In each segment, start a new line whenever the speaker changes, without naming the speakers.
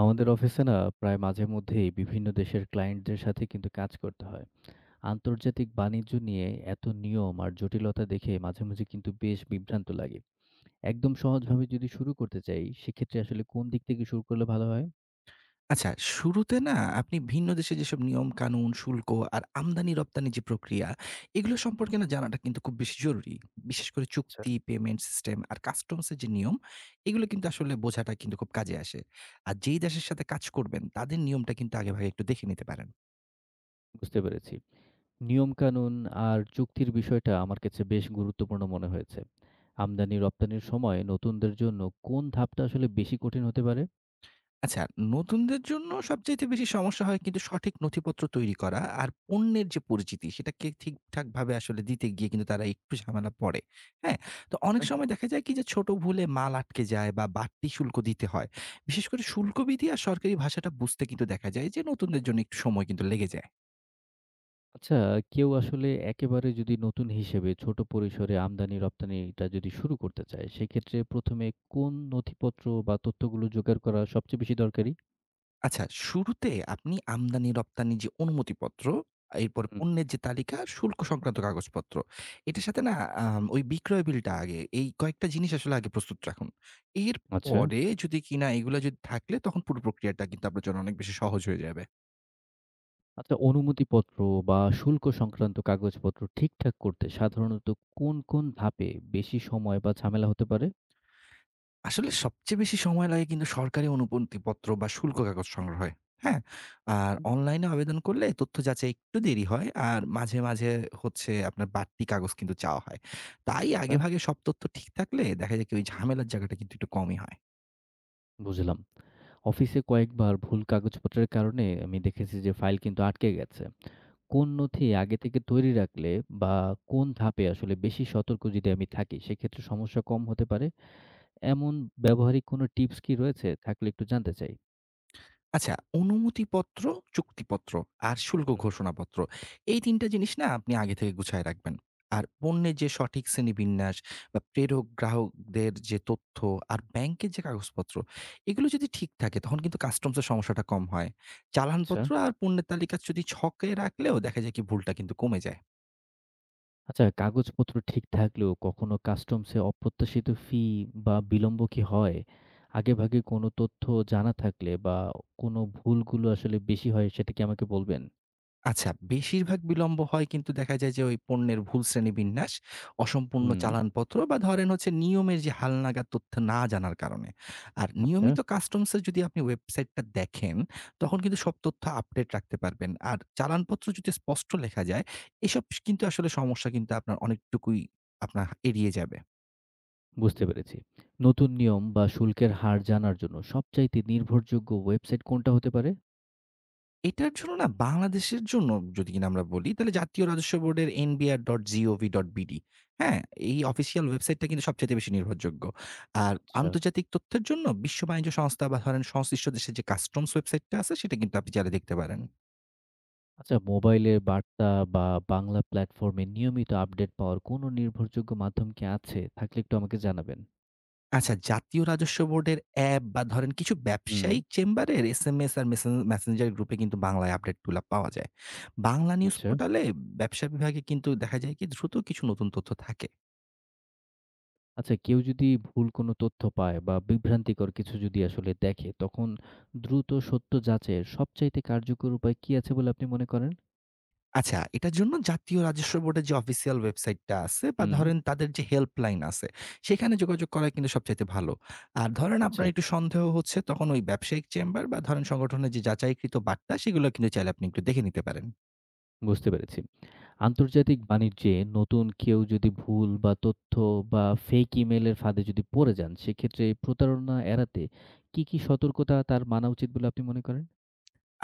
আমাদের অফিসে না প্রায় মাঝে মধ্যেই বিভিন্ন দেশের ক্লায়েন্টদের সাথে কিন্তু কাজ করতে হয়। আন্তর্জাতিক বাণিজ্য নিয়ে এত নিয়ম আর জটিলতা দেখে মাঝে মাঝে কিন্তু বেশ বিভ্রান্ত লাগে। একদম সহজভাবে যদি শুরু করতে চাই সেক্ষেত্রে আসলে কোন দিক থেকে শুরু করলে ভালো হয়?
আচ্ছা, শুরুতে না আপনি ভিন্ন দেশে যেসব নিয়ম-কানুন, শুল্ক আর আমদানি-রপ্তানি যে প্রক্রিয়া, এগুলো সম্পর্কে না জানাটা কিন্তু খুব বেশি জরুরি। বিশেষ করে
আচ্ছা,
চুক্তি, পেমেন্ট সিস্টেম আর customs এর যে নিয়ম, এগুলো কিন্তু আসলে বোঝাটা কিন্তু খুব কাজে আসে। আর যেই দেশের সাথে কাজ করবেন, তাদের নিয়মটা কিন্তু আগেভাগে একটু দেখে নিতে পারেন।
বুঝতে পেরেছি। নিয়ম কানুন আর চুক্তির বিষয়টা আমার কাছে বেশ গুরুত্বপূর্ণ মনে হয়েছে। আমদানি রপ্তানির সময় নতুনদের জন্য কোন ধাপটা আসলে বেশি কঠিন হতে পারে?
আচ্ছা, নতুনদের জন্য সবচাইতে বেশি সমস্যা হয় কিন্তু সঠিক নথিপত্র তৈরি করা আর পণ্যের যে পরিচিতি সেটাকে ঠিকঠাকভাবে আসলে দিতে গিয়ে কিন্তু তারা একটু ঝামেলা পড়ে। হ্যাঁ? তো অনেক সময় দেখা যায় কি যে ছোট ভুলে মাল আটকে যায় বা বাড়তি শুল্ক দিতে হয়। বিশেষ করে শুল্কবিধি আর সরকারি ভাষাটা বুঝতে কিন্তু দেখা যায় যে নতুনদের জন্য একটু সময় কিন্তু লেগে যায়।
আচ্ছা, কেউ আসলে একেবারে যদি নতুন হিসেবে ছোট পরিসরে আমদানি-রপ্তানিটা যদি শুরু করতে চায়, সেক্ষেত্রে ১ম এ কোন নথিপত্র বা তথ্যগুলো জোগাড় করা সবচেয়ে বেশি দরকারি?
আচ্ছা, শুরুতে আপনি আমদানি-রপ্তানি যে অনুমতিপত্র, এরপর
হুম।
পণ্যের যে তালিকা, শুল্ক সংক্রান্ত কাগজপত্র। এটার সাথে না ওই বিক্রয় বিলটা আগে, এই কয়েকটা জিনিস আসলে আগে প্রস্তুত রাখুন।
আচ্ছা।
এরপরে যদি কিনা এগুলা যদি থাকলে তখন পুরো প্রক্রিয়াটা কিন্তু আপনার জন্য অনেক বেশি সহজ হয়ে যাবে।
আচ্ছা, অনুমতিপত্র বা শুল্ক সংক্রান্ত কাগজপত্র ঠিকঠাক করতে সাধারণত কোন, কোন ধাপে বেশি সময় বা ঝামেলা হতে পারে?
আসলে সবচেয়ে বেশি সময় লাগে কিন্তু সরকারি অনুমতিপত্র বা শুল্ক কাগজ সংগ্রহে। হ্যাঁ?
হুম,
আর
হুম।
অনলাইনে আবেদন করলে তথ্য যাচাই একটু দেরি হয়। আর মাঝে, মাঝে হচ্ছে আপনার বাড়তি কাগজ কিন্তু চাওয়া হয়। তাই
আচ্ছা,
আগেভাগে সব তথ্য ঠিক থাকলে দেখা যায় কি ওই ঝামেলার জায়গাটা কিন্তু একটু কমই হয়।
বুঝলাম। অফিসে কয়েকবার ভুল কাগজপত্রের কারণে আমি দেখেছি যে ফাইল কিন্তু আটকে গেছে। কোন নথি আগে থেকে তৈরি রাখলে বা কোন ধাপে আসলে বেশি সতর্ক যদি আমি থাকি, সেক্ষেত্রে সমস্যা কম হতে পারে, এমন ব্যবহারিক কোনো টিপস কি রয়েছে? থাকলে একটু জানতে চাই।
আচ্ছা, অনুমতিপত্র, চুক্তিপত্র আর শুল্ক ঘোষণাপত্র এই ৩ টা জিনিস না আপনি আগে থেকে গুছায় রাখবেন। আর পণ্যের যে সঠিক শ্রেণীবিন্যাস বা প্রেরক গ্রাহকদের যে তথ্য আর ব্যাংকের যে কাগজপত্র এগুলো যদি ঠিক থাকে তখন কিন্তু কাস্টমস এর সমস্যাটা কম হয়।
আচ্ছা।
চালানপত্র আর পণ্যের তালিকা যদি ছকে রাখলেও দেখা যায় কি ভুলটা কিন্তু কমে যায়।
আচ্ছা, কাগজপত্র ঠিক থাকলেও কখনো কাস্টমসে অপ্রত্যাশিত ফি বা বিলম্ব কি হয়? আগেভাগে কোনো তথ্য জানা থাকলে বা কোনো ভুলগুলো আসলে বেশি হয়, সেটা কি আমাকে বলবেন?
আচ্ছা, বেশিরভাগ বিলম্ব হয় কিন্তু দেখা যায় যে ওই পণ্যের ভুল শ্রেণীবিন্যাস, অসম্পূর্ণ
হুম,
চালানপত্র বা ধরেন হচ্ছে নিয়মের যে হালনাগাদ তথ্য না জানার কারণে। আর
আচ্ছা।
নিয়মিত কাস্টমসের যদি আপনি ওয়েবসাইটটা দেখেন, তখন কিন্তু সব তথ্য আপডেট রাখতে পারবেন। আর চালানপত্র যদি স্পষ্ট লেখা যায়, এসব কিন্তু আসলে সমস্যা কিন্তু আপনার অনেকটুকুই আপনার এড়িয়ে যাবে।
বুঝতে পেরেছি। নতুন নিয়ম বা শুল্কের হার জানার জন্য সবচাইতে নির্ভরযোগ্য ওয়েবসাইট কোনটা হতে পারে?
এটার জন্য না বাংলাদেশের জন্য যদি কিনা আমরা বলি তাহলে জাতীয় রাজস্ব বোর্ডের nbr.gov.bd। হ্যাঁ, এই অফিসিয়াল ওয়েবসাইটটা কিন্তু সবচাইতে বেশি নির্ভরযোগ্য। আর
আচ্ছা।
আন্তর্জাতিক তথ্যের জন্য বিশ্ব বাণিজ্য সংস্থা বা ধরেন সংশ্লিষ্ট দেশের যে কাস্টমস ওয়েবসাইটটা আছে সেটা কিন্তু আপনি চাইলে দেখতে পারেন।
আচ্ছা, মোবাইলের বার্তা বা বাংলা প্ল্যাটফর্মে নিয়মিত আপডেট পাওয়ার কোনো নির্ভরযোগ্য মাধ্যম কি আছে? থাকলে একটু আমাকে জানাবেন।
আচ্ছা, জাতীয় রাজস্ব বোর্ডের অ্যাপ বা ধরেন কিছু
হুম,
ব্যবসায়িক চেম্বারের এসএমএস আর মেসেঞ্জার গ্রুপে কিন্তু বাংলায় আপডেটগুলা পাওয়া যায়। বাংলা নিউজ
আচ্ছা।
পোর্টালে ব্যবসা বিভাগে কিন্তু দেখা যায় কি দ্রুত কিছু নতুন তথ্য থাকে।
আচ্ছা, কেউ যদি ভুল কোনো তথ্য পায় বা বিভ্রান্তিকর কিছু যদি আসলে দেখে, তখন দ্রুত সত্য যাচাইয়ের সবচাইতে কার্যকর উপায় কি আছে বলে আপনি মনে করেন?
আচ্ছা, এটার জন্য জাতীয় রাজস্ব বোর্ডের যে অফিসিয়াল ওয়েবসাইটটা আছে বা
হুম,
ধরেন তাদের যে হেল্পলাইন আছে, সেখানে যোগাযোগ করাই কিন্তু সবচাইতে ভালো। আর ধরেন
আচ্ছা।
আপনার একটু সন্দেহ হচ্ছে তখন ওই ব্যবসায়িক চেম্বার বা ধরেন সংগঠনের যে যাচাইকৃত বার্তা সেগুলো কিন্তু চাইলে আপনি একটু দেখে নিতে পারেন।
বুঝতে পেরেছি। আন্তর্জাতিক বাণিজ্যে নতুন কেউ যদি ভুল বা তথ্য বা ফেক ইমেইলের ফাঁদে যদি পড়ে যান, সেক্ষেত্রে প্রতারণা এড়াতে কি, কি সতর্কতা তার মানা উচিত বলে আপনি মনে করেন?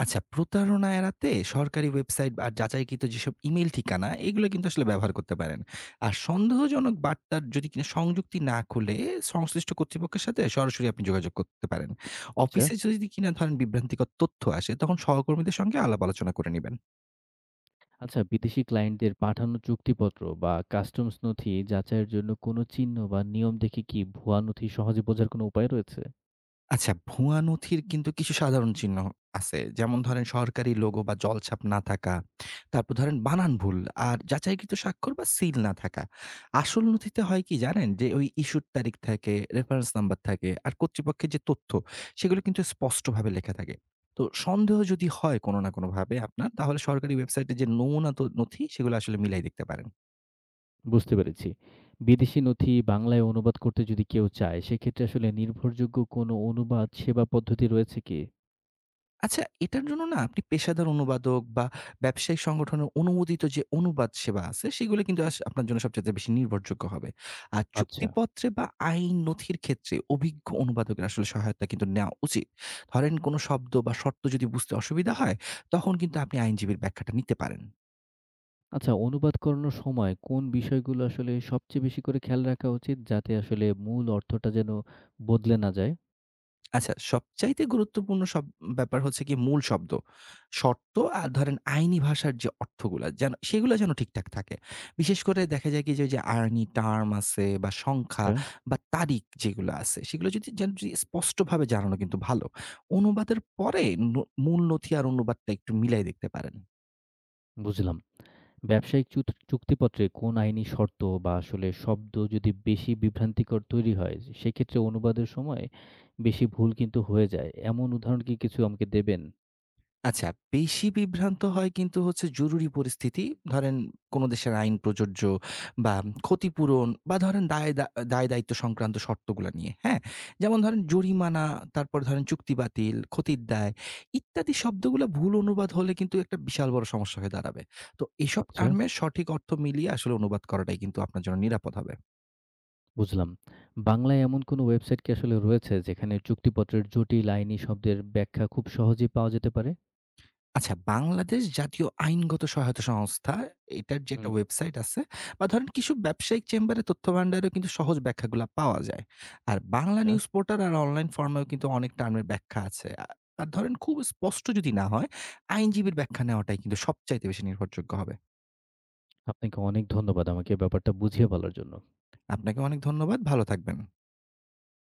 আচ্ছা, প্রতারণা এড়াতে সরকারি ওয়েবসাইট আর যাচাইকৃত যেসব ইমেইল ঠিকানা, এগুলো কিন্তু আসলে ব্যবহার করতে পারেন। আর সন্দেহজনক বার্তার যদি কিনা সংযুক্তি না খুলে সংশ্লিষ্ট কর্তৃপক্ষের সাথে সরাসরি আপনি যোগাযোগ করতে পারেন।
আচ্ছা।
অফিসে যদি কিনা ধরেন বিভ্রান্তিকর তথ্য আসে, তখন সহকর্মীদের সঙ্গে আলাপ আলোচনা করে নিবেন।
আচ্ছা, বিদেশি ক্লায়েন্টদের পাঠানো চুক্তিপত্র বা কাস্টমস নথি যাচাইয়ের জন্য কোনো চিহ্ন বা নিয়ম দেখে কি ভুয়া নথি সহজে বোঝার কোনো উপায় রয়েছে?
আচ্ছা, ভুয়া নথির কিন্তু কিছু সাধারণ চিহ্ন আছে। যেমন
হুম।
ধরেন সরকারি লোগো বা জলছাপ না থাকা। তারপর ধরেন বানান ভুল আর যাচাইকৃত স্বাক্ষর বা সিল না থাকা। আসল নথিতে হয় কি জানেন? যে ওই ইস্যুর তারিখ থাকে, রেফারেন্স নাম্বার থাকে আর কর্তৃপক্ষের যে তথ্য সেগুলো কিন্তু স্পষ্টভাবে লেখা থাকে। তো সন্দেহ যদি হয় কোনো না কোনোভাবে আপনার তাহলে সরকারি ওয়েবসাইটে যে নমুনা তো নথি সেগুলো আসলে মিলাই দেখতে পারেন।
বুঝতে পেরেছি। বিদেশি নথি বাংলায় অনুবাদ করতে যদি কেউ চায়, সেক্ষেত্রে আসলে নির্ভরযোগ্য কোনো অনুবাদ সেবা পদ্ধতি রয়েছে কি?
আচ্ছা, এটার জন্য না আপনি পেশাদার অনুবাদক বা
হুম,
ব্যবসায়িক সংগঠনের অনুমোদিত যে অনুবাদ সেবা আছে, সেগুলো কিন্তু আপনার জন্য সবচাইতে বেশি নির্ভরযোগ্য হবে। আর
আচ্ছা।
চুক্তিপত্রে বা আইন নথির ক্ষেত্রে অভিজ্ঞ অনুবাদকের আসলে সহায়তা কিন্তু নেওয়া উচিত। ধরেন কোনো শব্দ বা শর্ত যদি বুঝতে অসুবিধা হয়, তখন কিন্তু আপনি আইনজীবীর ব্যাখ্যাটা নিতে পারেন।
আচ্ছা, অনুবাদ করানোর সময় কোন বিষয়গুলো আসলে সবচেয়ে বেশি করে খেয়াল রাখা উচিত? যাতে আসলে মূল অর্থটা যেন বদলে না যায়?
আচ্ছা, সবচাইতে গুরুত্বপূর্ণ সব ব্যাপার হচ্ছে গিয়ে মূল শব্দ। শর্ত আর ধরেন আইনি ভাষার যে অর্থগুলা যেন সেগুলা যেন ঠিকঠাক থাকে। বিশেষ করে দেখা যায় কি যে ওই যে আর্নি টার্ম আছে বা সংখ্যা
আচ্ছা।
বা তারিখ যেগুলো আছে সেগুলো যদি যেন যদি স্পষ্টভাবে জানানো কিন্তু ভালো। অনুবাদের পরে ন মূল নথি আর অনুবাদটা একটু মিলাই দেখতে পারেন।
বুঝলাম। ব্যবসায়িক চুক্তিপত্রে কোন আইনি শর্ত বা আসলে শব্দ যদি বেশি বিভ্রান্তিকর তৈরি হয়, সেক্ষেত্রে অনুবাদের সময় বেশি ভুল কিন্তু হয়ে যায়। এমন উদাহরণ কি কিছু আমাকে দেবেন?
আচ্ছা, বেশি বিভ্রান্ত হয় কিন্তু হচ্ছে জরুরি পরিস্থিতি। ধরেন কোন দেশের আইন প্রযোজ্য বা ক্ষতিপূরণ বা ধরেন দায়-দায়িত্ব সংক্রান্ত শর্তগুলা নিয়ে, হ্যাঁ? যেমন ধরেন জরিমানা, তারপর ধরেন চুক্তি বাতিল, ক্ষতির দায় ইত্যাদি শব্দগুলা ভুল অনুবাদ হলে কিন্তু একটা বিশাল বড় সমস্যা হয়ে দাঁড়াবে। তো এসব
আচ্ছা।
টার্মের সঠিক অর্থ মিলিয়ে আসলে অনুবাদ করাটাই কিন্তু আপনার জন্য নিরাপদ হবে।
বুঝলাম। বাংলায় এমন কোনো ওয়েবসাইট কি আসলে রয়েছে যেখানে চুক্তিপত্রের জটিল আইনি শব্দের ব্যাখ্যা খুব সহজেই পাওয়া যেতে পারে?
আচ্ছা, বাংলাদেশ জাতীয় আইনগত সহায়তা সংস্থা, এটার যে
হুম,
একটা ওয়েবসাইট আছে বা ধরেন কিছু ব্যবসায়িক চেম্বারে তথ্য ভান্ডারেও কিন্তু সহজ ব্যাখ্যাগুলা পাওয়া যায়। আর বাংলা
আচ্ছা।
নিউজ পোর্টাল আর অনলাইন ফর্মেও কিন্তু অনেক টার্মের ব্যাখ্যা আছে। আর ধরেন খুব স্পষ্ট যদি না হয়, আইনজীবীর ব্যাখ্যা নেওয়াটাই কিন্তু সবচাইতে বেশি নির্ভরযোগ্য হবে।
আপনাকে অনেক ধন্যবাদ আমাকে ব্যাপারটা বুঝিয়ে বলার জন্য।
আপনাকে অনেক ধন্যবাদ। ভালো থাকবেন।